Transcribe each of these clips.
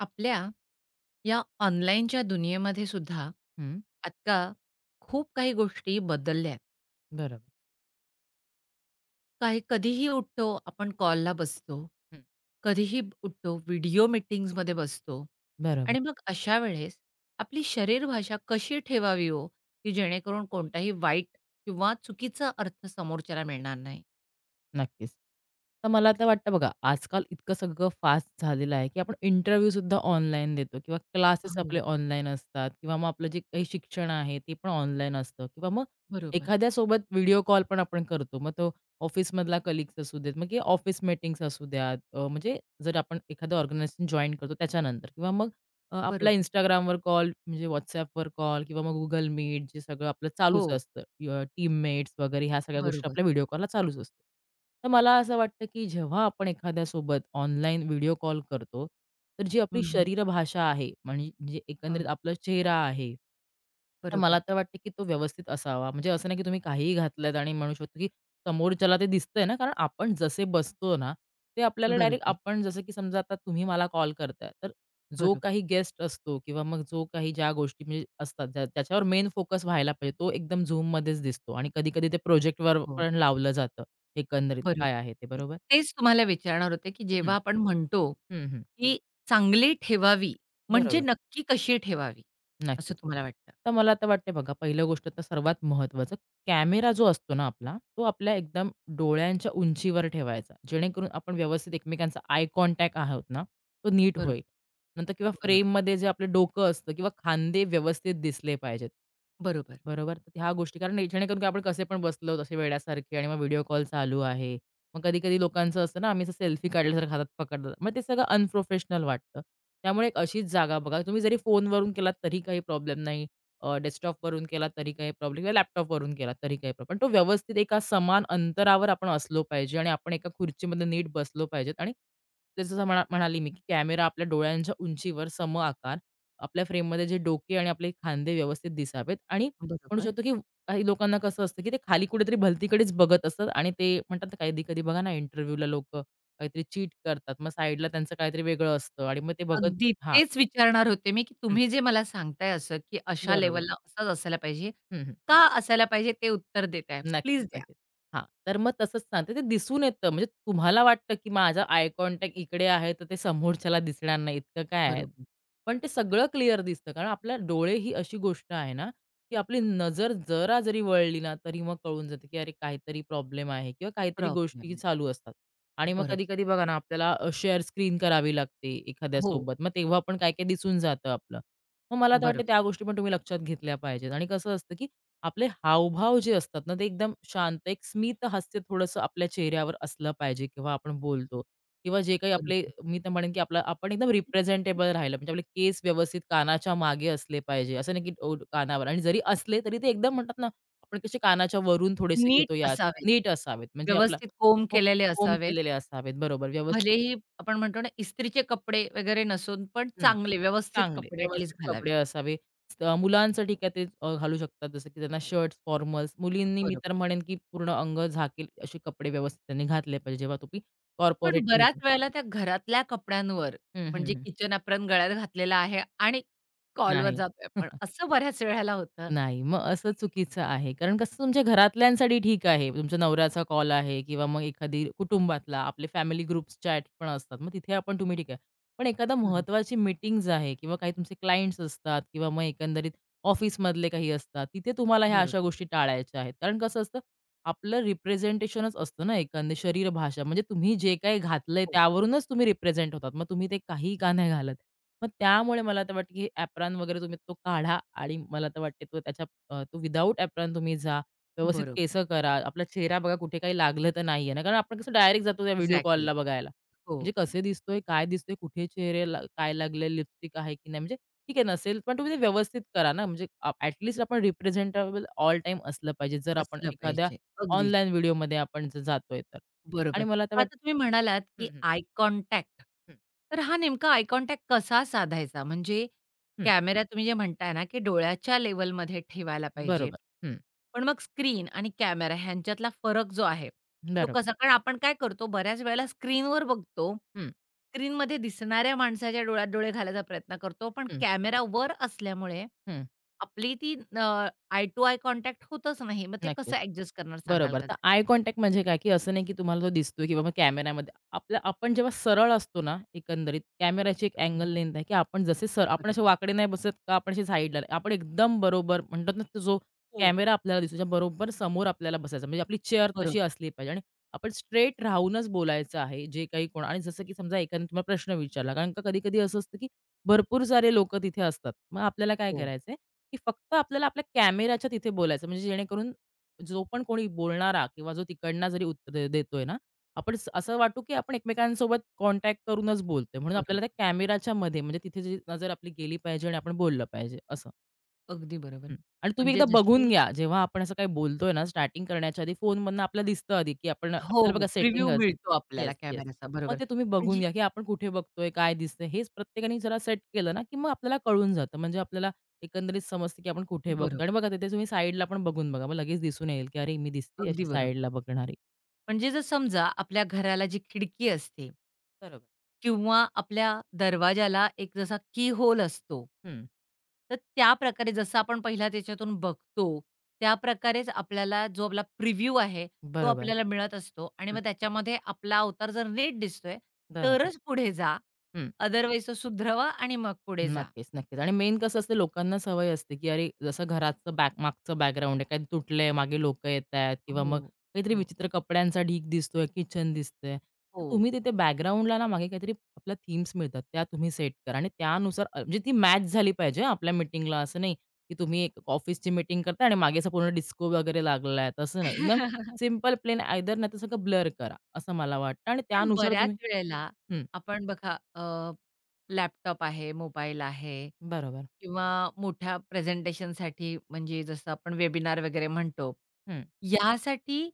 आपल्या या ऑनलाईनच्या दुनियेमध्ये सुद्धा हं, आजकाल खूप काही गोष्टी बदलल्या आहेत. बरोबर. काही कधीही उठतो आपण कॉलला बसतो. हं, कधीही उठतो व्हिडिओ मीटिंग्समध्ये बसतो बरोबर. आणि मग अशा वेळेस आपली शरीर भाषा कशी ठेवावी हो, की जेणेकरून कोणताही वाईट किंवा चुकीचा अर्थ समोरच्याला मिळणार नाही? नक्कीच. तर मला आता वाटतं बघा, आजकाल इतकं सगळं फास्ट झालेलं आहे, की आपण इंटरव्ह्यूसुद्धा ऑनलाईन देतो किंवा क्लासेस आपले हो. ऑनलाईन असतात किंवा मग आपलं जे काही शिक्षण आहे ते पण ऑनलाईन असतं किंवा मग बरोबर, एखाद्यासोबत व्हिडिओ कॉल पण आपण करतो. मग तो ऑफिसमधला कलीग्स असू देत, मग ऑफिस मीटिंग्स असू द्यात, म्हणजे जर आपण एखादं ऑर्गनायझेशन जॉइन करतो त्याच्यानंतर किंवा मग आपला बरोबर. Instagramवर कॉल, म्हणजे WhatsAppवर कॉल किंवा मग Google Meet जे सगळं आपलं हो, चालूच असतं. टीममेट्स वगैरे ह्या सगळ्या गोष्टी बरोबर. आपल्या व्हिडिओ कॉलला चालूच असतात. तर मला असं वाटतं, की जेव्हा आपण एखाद्यासोबत ऑनलाईन व्हिडिओ कॉल करतो, तर जी हं, आपली हं. शरीरभाषा आहे, म्हणजे म्हणजे एकंदरीत आपला चेहरा आहे. तर मला बरोबर. तर वाटतं, की तो व्यवस्थित असावा. म्हणजे असं नाही, की तुम्ही काहीही घातलत आणि म्हणू शकतो, की समोरच्याला ते दिसतंय ना, कारण आपण जसे बसतो ना, ते आपल्याला डायरेक्ट बरोबर, आपण जसं की समजा आता तुम्ही मला कॉल करताय, तर जो बरोबर. काही गेस्ट असतो किंवा मग जो काही ज्या गोष्टी म्हणजे असतात ज्या त्याच्यावर मेन फोकस व्हायला पाहिजे, तो एकदम झूममध्येच दिसतो आणि कधी-कधी ते प्रोजेक्टवर हो. पण लावलं जातं, एकंदरीत काय बरोबर. आहे ते, मी बरोबर? तेच तुम्हाला विचारणार होते, की हं, जेव्हा आपण म्हणतो, हं, हं. की चांगली ठेवावी, म्हणजे बरोबर. नक्की कशी ठेवावी? असं नक्कीच. तुम्हाला वाटतं? तर मला आता वाटते बघा, पहिलं गोष्ट तर सर्वात महत्त्वाचं कॅमेरा जो असतो ना आपला, तो आपल्या एकदम डोळ्यांच्या उंचीवर ठेवायचा. जेणेकरून आपण व्यवस्थित एकमेकांचा आय कॉन्टॅक्ट आहोत ना, तो नीट बरोबर, होईल. नंतर किंवा बरोबर, फ्रेममध्ये जे आपलं डोकं असतं किंवा खांदे व्यवस्थित दिसले पाहिजेत. बरोबर, बरोबर? तर ह्या गोष्टी कारण जेणेकरून की आपण कसे पण बसलो तसे वेड्यासारखे आणि मग व्हिडिओ कॉल चालू आहे मग कधी-कधी लोकांचं असतं ना, आम्ही असं सेल्फी काढल्यासारखं हातात पकडतात. मग ते सगळं अनप्रोफेशनल वाटतं. त्यामुळे एक अशीच जागा बघा. तुम्ही जरी फोनवरून केलात तरी काही प्रॉब्लेम नाही. डेस्कटॉपवरून केलात तरी काही प्रॉब्लेम किंवा लॅपटॉपवरून केलात तरी काही प्रॉब्लेम. पण तो व्यवस्थित एका समान अंतरावर आपण असलो पाहिजे आणि आपण एका खुर्चीमध्ये नीट बसलो पाहिजेत आणि जसं जसं म्हणाली मी, की कॅमेरा आपल्या डोळ्यांच्या उंचीवर समआकार आपल्या फ्रेममध्ये जे डोके आणि आपले खांदे व्यवस्थित दिसावेत आणि म्हणू बरोबर. शकतो की काही लोकांना कसं असतं, की ते खाली कुठेतरी भलतीकडेच बघत असतात आणि ते म्हणतात ना, कधी-कधी बघा ना, इंटरव्ह्यूला लोक काहीतरी चीट करतात. मग साइडला त्यांचं काहीतरी वेगळं असतं आणि मग ते बघत अगदी हां. तेच विचारणार होते मी, की हं. तुम्ही जे मला सांगताय असं, की अशा बरोबर. लेव्हलला असंच असायला पाहिजे, हं, हं. का असायला पाहिजे ते उत्तर देताय. नक्कीच, प्लीज द्या. नक्कीच. हां, तर मग तसंच सांगते ते दिसून येतं. म्हणजे तुम्हाला वाटतं, की माझा आय कॉन्टॅक्ट इकडे आहे, तर ते समोरच्याला दिसणार नाही इतकं काय आहे. बरोबर. पण ते सगळं क्लिअर दिसतं. कारण आपल्या डोळे ही अशी गोष्ट आहे ना, की आपली नजर जरा जरी वळली ना, तरी मग कळून जाते, की अरे काहीतरी प्रॉब्लेम आहे किंवा काहीतरी प्रॉब्लेम गोष्टी आहे. चालू असतात. आणि मग बरोबर. कधी-कधी बघा ना, आपल्याला शेअर स्क्रीन करावी लागते हो. एखाद्यासोबत. मग तेव्हा पण काय-काय दिसून जातं आपलं. मग मला तर वाटतं बरोबर, त्या गोष्टी पण तुम्ही लक्षात घेतल्या पाहिजेत. आणि कसं असतं, की आपले हावभाव जे असतात ना, ते एकदम शांत, एक स्मित हास्य थोडंसं आपल्या चेहऱ्यावर असलं पाहिजे किंवा आपण बोलतो किंवा जे काही आपले बरोबर. मी तर म्हणेन, की आपला आपण एकदम रिप्रेझेंटेबल राहिलं म्हणजे आपले केस व्यवस्थित कानाच्या मागे असले पाहिजे. असं नाही, की ओ कानावर आणि जरी असले तरी ते एकदम म्हणतात ना, आपण कसे कानाच्या वरून थोडेसे नीट घेतो, या असावेत. नीट असावेत म्हणजे आपला व्यवस्थित कोंब हो, केलेले कोंब असावेत. केलेले असावेत. बरोबर, व्यवस्थित. भलेही आपण म्हणतो ना, इस्त्रीचे कपडे वगैरे नसून, पण चांगले व्यवस्थित चांगले, कपडे ॲट व्यवस्थित लीस्ट कपडे घालावेत. असावे. मुलांचं ठीक आहे, ते घालू शकतात जसं की त्यांना शर्ट्स, फॉर्मल्स. मुलींनी मी तर बरोबर. म्हणेन की पूर्ण अंग झाकेल असे कपडे व्यवस्थित त्यांनी घातले पाहिजे जेव्हा तुम्ही पण कॉर्पोरेट बऱ्याच मीटिंग वेळेला त्या घरातल्या कपड्यांवर म्हणजे हं, किचन ॲप्रॉन गळ्यात घातलेला आहे आणि कॉलवर नाही. जातोय आपण, असं बऱ्याच वेळेला होतं. नाही, मग असं चुकीचं आहे. कारण कसं तुमच्या घरातल्यांसाठी ठीक आहे. तुमच्या नवऱ्याचा कॉल आहे किंवा मग एखादी कुटुंबातला, आपले फॅमिली ग्रुप्स चॅट पण असतात. मग तिथे आपण तुम्ही ठीक आहे. पण एखादा बरोबर, महत्त्वाची मीटिंग्ज आहे किंवा काही तुमचे क्लायंट्स असतात किंवा मग एकंदरीत ऑफिसमधले काही असतात. तिथे तुम्हाला ह्या अशा बरोबर. गोष्टी टाळायच्या आहेत. कारण कसं असतं, आपलं रिप्रेझेंटेशनच असतं ना एकंदरीत शरीरभाषा. म्हणजे तुम्ही जे काही घातलंय हो, त्यावरूनच तुम्ही रिप्रेझेंट होतात. मग तुम्ही ते काही का नाही घालत? मग त्यामुळे मला तर वाटतं, की एप्रॉन वगैरे तुम्ही तो काढा आणि मला तर वाटते तो त्याच्या तो विदाऊट एप्रॉन तुम्ही जा. व्यवस्थित बरोबर. केसं करा. आपला चेहरा बघा कुठे काही लागलं तर नाहीये ना, कारण आपण कसं डायरेक्ट जातो त्या व्हिडिओ एक्झॅक्टली. कॉलला बघायला. हो, म्हणजे कसे दिसतोय, काय दिसतोय, कुठे चेहऱ्याला काय लागले, लिपस्टिक आहे की नाही. म्हणजे ठीक आहे नसेल, पण तुम्ही ते व्यवस्थित करा ना. म्हणजे ॲटलीस्ट आपण रिप्रेझेंटेबल ऑल टाईम असलं पाहिजे, जर आपण असलं एखाद्या पाहिजे. अगदीच. ऑनलाईन व्हिडिओमध्ये आपण जर जातोय तर. बरोबर. आणि मला तर मग आता वाटतं तुम्ही म्हणालात, हं, की हं, आय कॉन्टॅक्ट. हं, तर हा नेमका आय कॉन्टॅक्ट कसा साधायचा? म्हणजे हं. कॅमेरा तुम्ही जे म्हणताय ना, की डोळ्याच्या लेव्हलमध्ये ठेवायला पाहिजे. बरोबर. हं, पण मग स्क्रीन आणि कॅमेरा ह्यांच्यातला फरक जो आहे, तो बरोबर. कसा? कारण आपण काय करतो, बऱ्याच वेळेला स्क्रीनवर बघतो. हं, स्क्रीनमध्ये दिसणाऱ्या माणसाच्या डोळ्यात डोळे घालायचा प्रयत्न करतो. पण हं, कॅमेरा वर असल्यामुळे हं. आपली ती आय टू आय कॉन्टॅक्ट होतच नाही. मग ते नक्कीच. कसं ॲडजस्ट करणार सांगाल बरोबर. का? तर आय कॉन्टॅक्ट म्हणजे काय, की असं नाही की तुम्हाला तो दिसतोय की बाबा कॅमेऱ्यामध्ये आपल्या आपण जेव्हा सरळ असतो ना, एकंदरीत कॅमेराची एक अँगल हं, लेन्थ आहे, की आपण जसे आपण असे बरोबर. वाकडे नाही बसत का आपण असे साईडला नाही. आपण एकदम बरोबर म्हणतात ना, तो जो हो कॅमेरा आपल्याला दिसतो त्याच्या बरोबर समोर आपल्याला बसायचं. म्हणजे आपली चेअर तशी बरोबर. असली पाहिजे आणि आपण स्ट्रेट राहूनच बोलायचं आहे. जे काही कोण आणि जसं की समजा एखाद्याने तुम्हाला प्रश्न विचारला, कारण का कधी-कधी असं असतं की भरपूर सारे लोकं तिथे असतात. मग आपल्याला काय हो, करायचंय, की फक्त आपल्याला आपल्या कॅमेराच्या तिथे बोलायचं. म्हणजे जेणेकरून जो पण कोणी बोलणारा किंवा जो तिकडनं जरी उत्तर देतोय ना, आपण असं वाटू की आपण एकमेकांसोबत कॉन्टॅक्ट करूनच बोलतोय. म्हणून बरोबर. आपल्याला त्या कॅमेराच्या मध्ये म्हणजे तिथे जी नजर आपली गेली पाहिजे आणि आपण बोललं पाहिजे असं. अगदी बरोबर. हं. आणि तुम्ही म्हणजे एकदा बघून जशी घ्या. जेव्हा आपण असं काही बोलतोय ना, स्टार्टिंग करण्याच्या आधी फोनमधनं आपल्याला दिसतं आधी, की आपण हो, आपल्याला हो. बघा सेटिंग प्रिव्ह्यू असते. मिळतो आपल्याला येस, येस. कॅमेऱ्याचा मग बरोबर. ते तुम्ही बघून म्हणजे घ्या, की आपण कुठे बघतोय, काय दिसतंय. हेच प्रत्येकाने जरा सेट केलं ना, की मग आपल्याला कळून जातं. म्हणजे आपल्याला एकंदरीत समजतं, की आपण कुठे बघतोय. आणि बरोबर. बघा तिथे तुम्ही साईडला पण बघून बघा. मग लगेच दिसून येईल, की अरे मी दिसते अगदी अशी बरोबर. साईडला बघणारी. म्हणजे जर समजा आपल्या घराला जी खिडकी असते बरोबर. किंवा आपल्या दरवाजाला एक जसा की होल असतो. हं. तर त्याप्रकारे जसं आपण पहिला त्याच्यातून बघतो, त्याप्रकारेच आपल्याला जो आपला प्रिव्ह्यू आहे, तो बरोबर. आपल्याला मिळत असतो आणि हं. मग त्याच्यामध्ये आपला अवतार जर नीट दिसतोय, बरोबर. तरच पुढे जा. हं. अदरवाईज तो सुधरवा आणि मग पुढे जा. नक्कीच, नक्कीच. आणि मेन कसं असतं लोकांना सवय असते, की अरे जसं घराचं मागचं बॅकग्राऊंड आहे, काही तुटलंय, मागे लोकं येतायत किंवा मग हो, काहीतरी हो. विचित्र कपड्यांचा ढीग दिसतोय, किचन दिसतंय. तर हो. तुम्ही तिथे बॅकग्राऊंडला ना मागे काहीतरी आपल्या थीम्स मिळतात, त्या तुम्ही सेट करा आणि त्यानुसार म्हणजे ती मॅच झाली पाहिजे हां, आपल्या मीटिंगला. असं नाही, की तुम्ही एक ऑफिसची मीटिंग करताय आणि मागे असं पूर्ण डिस्को वगैरे लागलाय, आहे, तसं नाही. एकदम सिंपल, प्लेन आयदर नाहीतर सगळं ब्लर करा, असं मला वाटतं आणि पण त्यानुसार बऱ्याच तुम्ही वेळेला हं, आपण बघा लॅपटॉप आहे, मोबाईल आहे बरोबर. किंवा मोठ्या प्रेझेंटेशनसाठी म्हणजे जसं आपण वेबिनार वगैरे म्हणतो, हं, यासाठी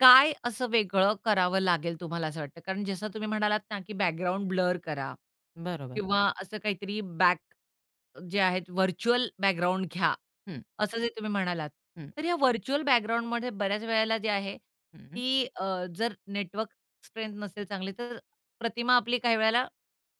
काय असं वेगळं करावं लागेल तुम्हाला असं वाटतं? कारण जसं तुम्ही म्हणालात ना, की बॅकग्राऊंड ब्लर करा बरोबर. किंवा असं काहीतरी बॅक जे आहेत व्हर्चुअल बॅकग्राऊंड घ्या, हं, असं जे तुम्ही म्हणालात. हं, तर या व्हर्चुअल बॅकग्राऊंडमध्ये बऱ्याच वेळेला जे आहे, हं. ती जर नेटवर्क स्ट्रेंथ नसेल चांगली, तर प्रतिमा आपली काही वेळेला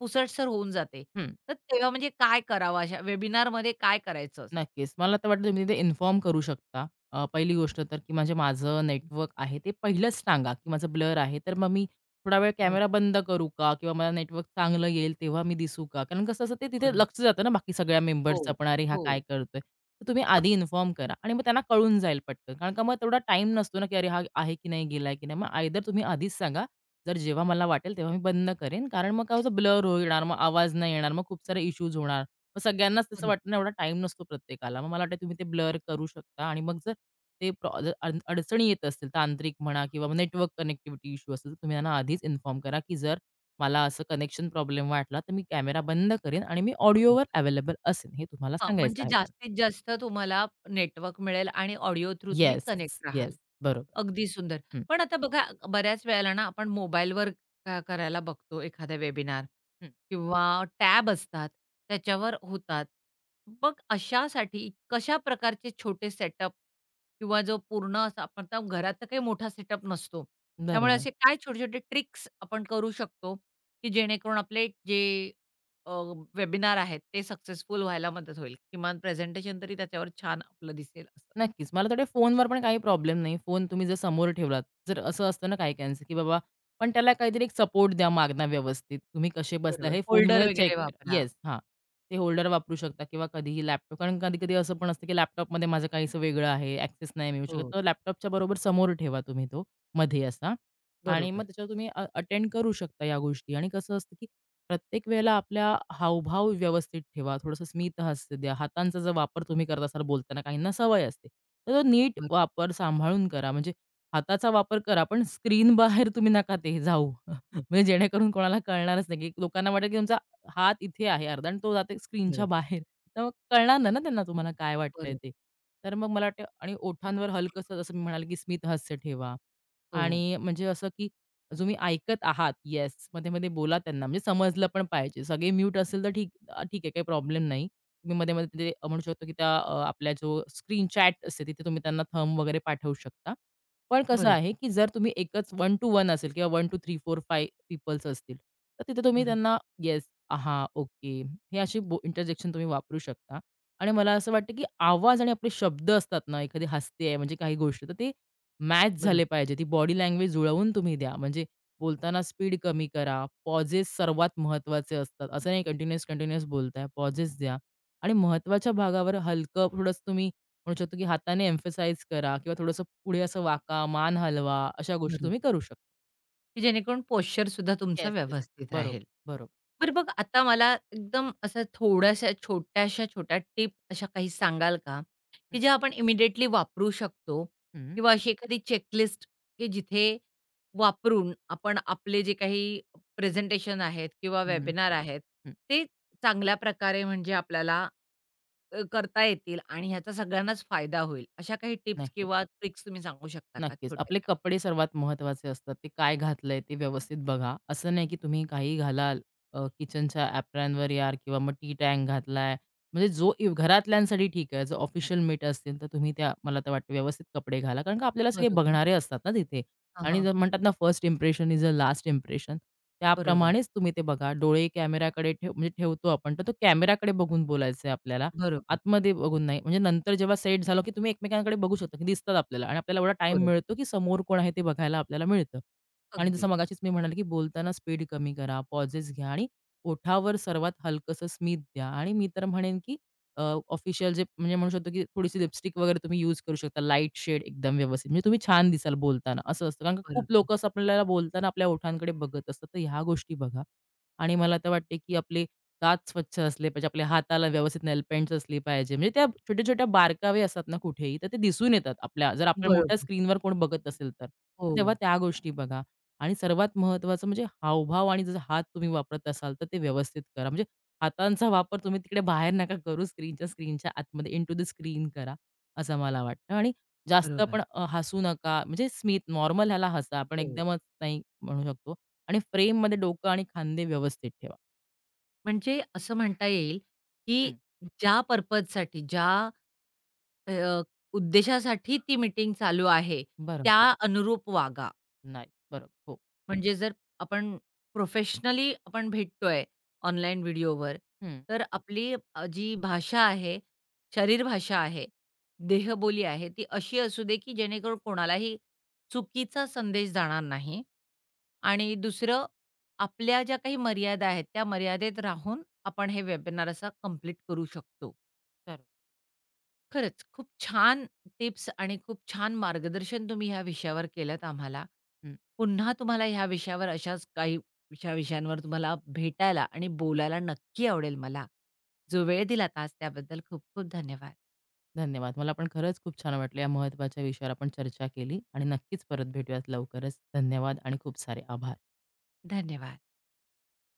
पुसटसर होऊन जाते. हं, तर तेव्हा म्हणजे काय करावं अशा वेबिनारमध्ये काय करायचं असं? नक्कीच. मला तर वाटतं तुम्ही तिथे इन्फॉर्म करू शकता. पहिली गोष्ट तर, की म्हणजे माझं नेटवर्क आहे ते पहिलंच सांगा, की माझं ब्लर आहे. तर मग मी थोडा वेळ बरं, कॅमेरा बंद करू का? किंवा मला नेटवर्क चांगलं येईल तेव्हा मी दिसू का? कारण कसं असतं ते तिथे लक्ष बरोबर. जातं ना बाकी सगळ्या हो, मेंबर्सचं पण, "अरे हा हो. काय करतोय?" तर तुम्ही आधी इन्फॉर्म करा आणि मग त्यांना कळून जाईल पटकन. कारण का मग तेवढा टाईम नसतो ना, की अरे हा आहे की नाही, गेलाय की नाही. मग आयदर तुम्ही आधीच सांगा, "जर जेव्हा मला वाटेल तेव्हा मी बंद करेन." कारण मग काय होतं ब्लर होणार, मग आवाज नाही येणार, मग खूप सारे इश्यूज होणार. मग सगळ्यांनाच तसं बरोबर, वाटतं ना एवढा टाईम नसतो प्रत्येकाला. मग मला वाटतं तुम्ही ते ब्लर करू शकता आणि मग जर ते प्रॉ जर अड अडचणी येत असतील तांत्रिक म्हणा किंवा नेटवर्क कनेक्टिव्हिटी इश्यू असेल, तर तुम्ही त्यांना आधीच इन्फॉर्म करा, की जर मला असं कनेक्शन प्रॉब्लेम वाटला, तर मी कॅमेरा बंद करेन आणि मी बरोबर. ऑडिओवर अवेलेबल असेन. हे तुम्हाला हां, सांगायचं म्हणजे आहे त्यांना. जास्तीत जास्त तुम्हाला नेटवर्क मिळेल आणि ऑडिओ थ्रू तुम्ही येस, कनेक्ट येस. राहाल. बरोबर. अगदी सुंदर. हं, पण आता बघा बऱ्याच वेळेला ना आपण मोबाईलवर करायला बघतो एखादा वेबिनार हं. किंवा टॅब असतात त्याच्यावर होतात. मग अशासाठी कशा प्रकारचे छोटे सेटअप किंवा जो पूर्ण असा आपण आता घरात तर काही मोठा सेटअप नसतो. त्यामुळे बरोबर. असे काय छोटे-छोटे ट्रिक्स आपण करू शकतो, की जेणेकरून आपले जे अ, वेबिनार आहेत ते सक्सेसफुल व्हायला मदत होईल. किमान प्रेझेंटेशन तरी त्याच्यावर छान आपलं दिसेल असं. नक्कीच. मला थोडे फोनवर पण काही प्रॉब्लेम नाही. फोन तुम्ही जर समोर ठेवलात, जर असं असतं ना काही-काहींचं, की बाबा पण त्याला काहीतरी एक सपोर्ट द्या मागना व्यवस्थित. तुम्ही कसे बसला बरोबर. हे फोल्डर फोनमध्ये नक्कीच. चेक वगैरे करा. वापरा. येस, हां. ते होल्डर वापरू शकता किंवा कधीही लॅपटॉप कारण कधी-कधी असं पण असतं, की लॅपटॉपमध्ये माझं काहीसं वेगळं आहे, ॲक्सेस नाही मिळू शकत. हो. तर लॅपटॉपच्या बरोबर समोर ठेवा तुम्ही तो मध्ये असा. आणि मग बरोबर. त्याच्यावर तुम्ही अटेंड करू शकता या गोष्टी. आणि कसं असतं, की प्रत्येक वेळेला आपला हावभाव व्यवस्थित ठेवा. थोडंसं स्मित हास्य द्या. हातांचा जर वापर तुम्ही करत असाल बोलताना, काहींना सवय असते. तर तो नीट बरो वापर सांभाळून करा. म्हणजे हाताचा वापर करा, पण स्क्रीनबाहेर तुम्ही नका ते जाऊ. म्हणजे जेणेकरून कोणाला कळणारच नाही, की लोकांना वाटेल, की तुमचा हात इथे आहे अर्धा आणि तो जातो स्क्रीनच्या बरोबर. बाहेर. तर मग कळणार नाही ना त्यांना तुम्हाला काय वाटतंय बरो ते. तर मग मला वाटतं आणि ओठांवर हलकसं जसं मी म्हणाले, की स्मित हास्य ठेवा. हो. आणि म्हणजे असं की जो मी ऐकत आहात, येस. मध्ये-मध्ये बोला त्यांना, म्हणजे समजलं पण पाहिजे. सगळे म्यूट असेल तर ठीक आहे, काही प्रॉब्लेम नाही. तुम्ही मध्ये-मध्ये ते म्हणू शकतो की त्या आपल्या जो स्क्रीन चॅट असते, तिथे तुम्ही त्यांना थंब वगैरे पाठवू शकता. पण कसं बरोबर. आहे की जर तुम्ही एकच 1 to 1 असेल किंवा 1 to 3, 4, 5 पीपल्स असतील, तर तिथे तुम्ही बरोबर. त्यांना येस, आहा, ओके, अशी इंटरजेक्शन तुम्ही वापरू शकता. आणि मला असं वाटतं की आवाज आणि आपले शब्द असतात ना, एखादी हसते आहे म्हणजे काही गोष्ट, तर ते मॅच झाले बरोबर. पाहिजे. ती बॉडी लँग्वेज जुळवून तुम्ही द्या. म्हणजे बोलताना स्पीड कमी करा. पॉजेस सर्वात महत्त्वाचे असतात. असं नाही कंटिन्युअस, कंटिन्युअस बोलताय. पॉजेस द्या आणि महत्त्वाच्या भागावर हलकं थोडंसं तुम्ही म्हणू शकतो, की हाताने एम्फसाइज करा किंवा थोडंसं पुढे असं वाका, मान हलवा अशा गोष्टी तुम्ही बरोबर. करू शकता. की जेणेकरून पोश्चर सुद्धा तुमचा येस, येस. व्यवस्थित बरोबर, राहील. बरोबर. बरं बरोबर. बघ आता मला एकदम अशा थोड्याशा छोट्याशा छोट्या टिप अशा काही सांगाल का? की ज्या आपण इमिडिएटली वापरू शकतो हं, हं, किंवा अशी एखादी चेकलिस्ट की जिथे वापरून आपण आपले जे काही प्रेझेंटेशन आहेत किंवा हं, वेबिनार आहेत, हं. ते चांगल्या प्रकारे म्हणजे आपल्याला करता येतील आणि ह्याचा सगळ्यांनाच फायदा होईल. अशा काही टिप्स नक्कीच. किंवा ट्रिक्स तुम्ही सांगू शकता का नक्कीच. आपले छोट्याशा? कपडे सर्वात महत्त्वाचे असतात. ते काय घातलंय ते व्यवस्थित बघा. असं नाही की तुम्ही काही घालाल किचनच्या ॲप्रॉनवर यार किंवा मग टी टँक घातलाय. म्हणजे जो इव घरातल्यांसाठी ठीक आहे. जर ऑफिशियल मीट असतील तर तुम्ही त्या मला तर वाटतं व्यवस्थित कपडे घाला. कारण का आपल्याला सगळे बरोबर. बघणारे असतात ना तिथे हां, आणि हां. जर म्हणतात ना first impression is a last impression. बरोबर, त्याप्रमाणेच तुम्ही ते बघा. डोळे कॅमेराकडे ठेव म्हणजे ठेवतो आपण तर तो कॅमेराकडे बघून बोलायचं आहे आपल्याला बरोबर. आतमध्ये बघून नाही. म्हणजे नंतर जेव्हा सेट झालं, की तुम्ही एकमेकांकडे बघू शकता, की दिसतात आपल्याला आणि आपल्याला एवढा टाईम बरोबर. मिळतो, की समोर कोण आहे ते बघायला आपल्याला मिळतं. आणि जसं अगदीच. मगाशीच मी म्हणाले, की बोलताना स्पीड कमी करा, पॉजेस घ्या आणि ओठावर सर्वात हलकंसं स्मित द्या आणि मी तर म्हणेन, की ऑफिशियल जे म्हणजे म्हणू शकतो, की थोडीशी लिपस्टिक वगैरे तुम्ही यूज करू शकता. लाईट शेड एकदम व्यवस्थित. म्हणजे तुम्ही छान दिसाल बोलताना, असं असतं. कारण का खूप बरोबर. लोकं असं आपल्याला बोलताना आपल्या ओठांकडे बघत असतात. तर ह्या गोष्टी बघा आणि मला तर वाटते, की आपले दात स्वच्छ असले पाहिजे, आपल्या हाताला व्यवस्थित नेलपेंट्स असली पाहिजे. म्हणजे त्या छोट्या-छोट्या बारकावे असतात ना कुठेही, तर ते दिसून येतात आपल्या जर आपण मोठ्या बरोबर. स्क्रीनवर कोण बघत असेल तर. हो. तेव्हा त्या गोष्टी बघा आणि सर्वात महत्त्वाचं म्हणजे हावभाव आणि जसं हात तुम्ही वापरत असाल, तर ते व्यवस्थित करा. म्हणजे हातांचा वापर तुम्ही तिकडे बाहेर नका करू स्क्रीनच्या स्क्रीनच्या आतमध्ये इंटू द स्क्रीन करा, असं मला वाटतं आणि जास्त बरोबर. पण हसू नका. म्हणजे स्मित नॉर्मल ह्याला हसा, पण हो. एकदमच नाही म्हणू शकतो आणि फ्रेममध्ये डोकं आणि खांदे व्यवस्थित ठेवा. म्हणजे असं म्हणता येईल, की हं. ज्या पर्पजसाठी ज्या अ, उद्देशासाठी ती मीटिंग चालू आहे, बरं. त्या अनुरूप वागा. नाही. बरोबर. हो. म्हणजे जर आपण प्रोफेशनली आपण भेटतोय ऑनलाईन व्हिडिओवर, हं. तर आपली जी भाषा आहे, शरीरभाषा आहे, देहबोली आहे, ती अशी असू दे, की जेणेकरून कोणालाही चुकीचा संदेश जाणार नाही. आणि दुसरं आपल्या ज्या काही मर्यादा आहेत, त्या मर्यादेत राहून आपण हे वेबिनार असं कंप्लीट करू शकतो. तर खरंच खूप छान टिप्स आणि खूप छान मार्गदर्शन तुम्ही ह्या विषयावर केलंत आम्हाला. हं. पुन्हा तुम्हाला ह्या विषयावर अशाच काही विषयांवर तुम्हाला भेटायला आणि बोलायला नक्की आवडेल मला. जो वेळ दिला आज त्याबद्दल खूप खूप धन्यवाद. धन्यवाद. मला पण खरंच खूप छान वाटलं. या महत्त्वाच्या विषयावर आपण चर्चा केली आणि नक्कीच परत भेटूयात लवकरच. धन्यवाद आणि खूप सारे आभार. धन्यवाद.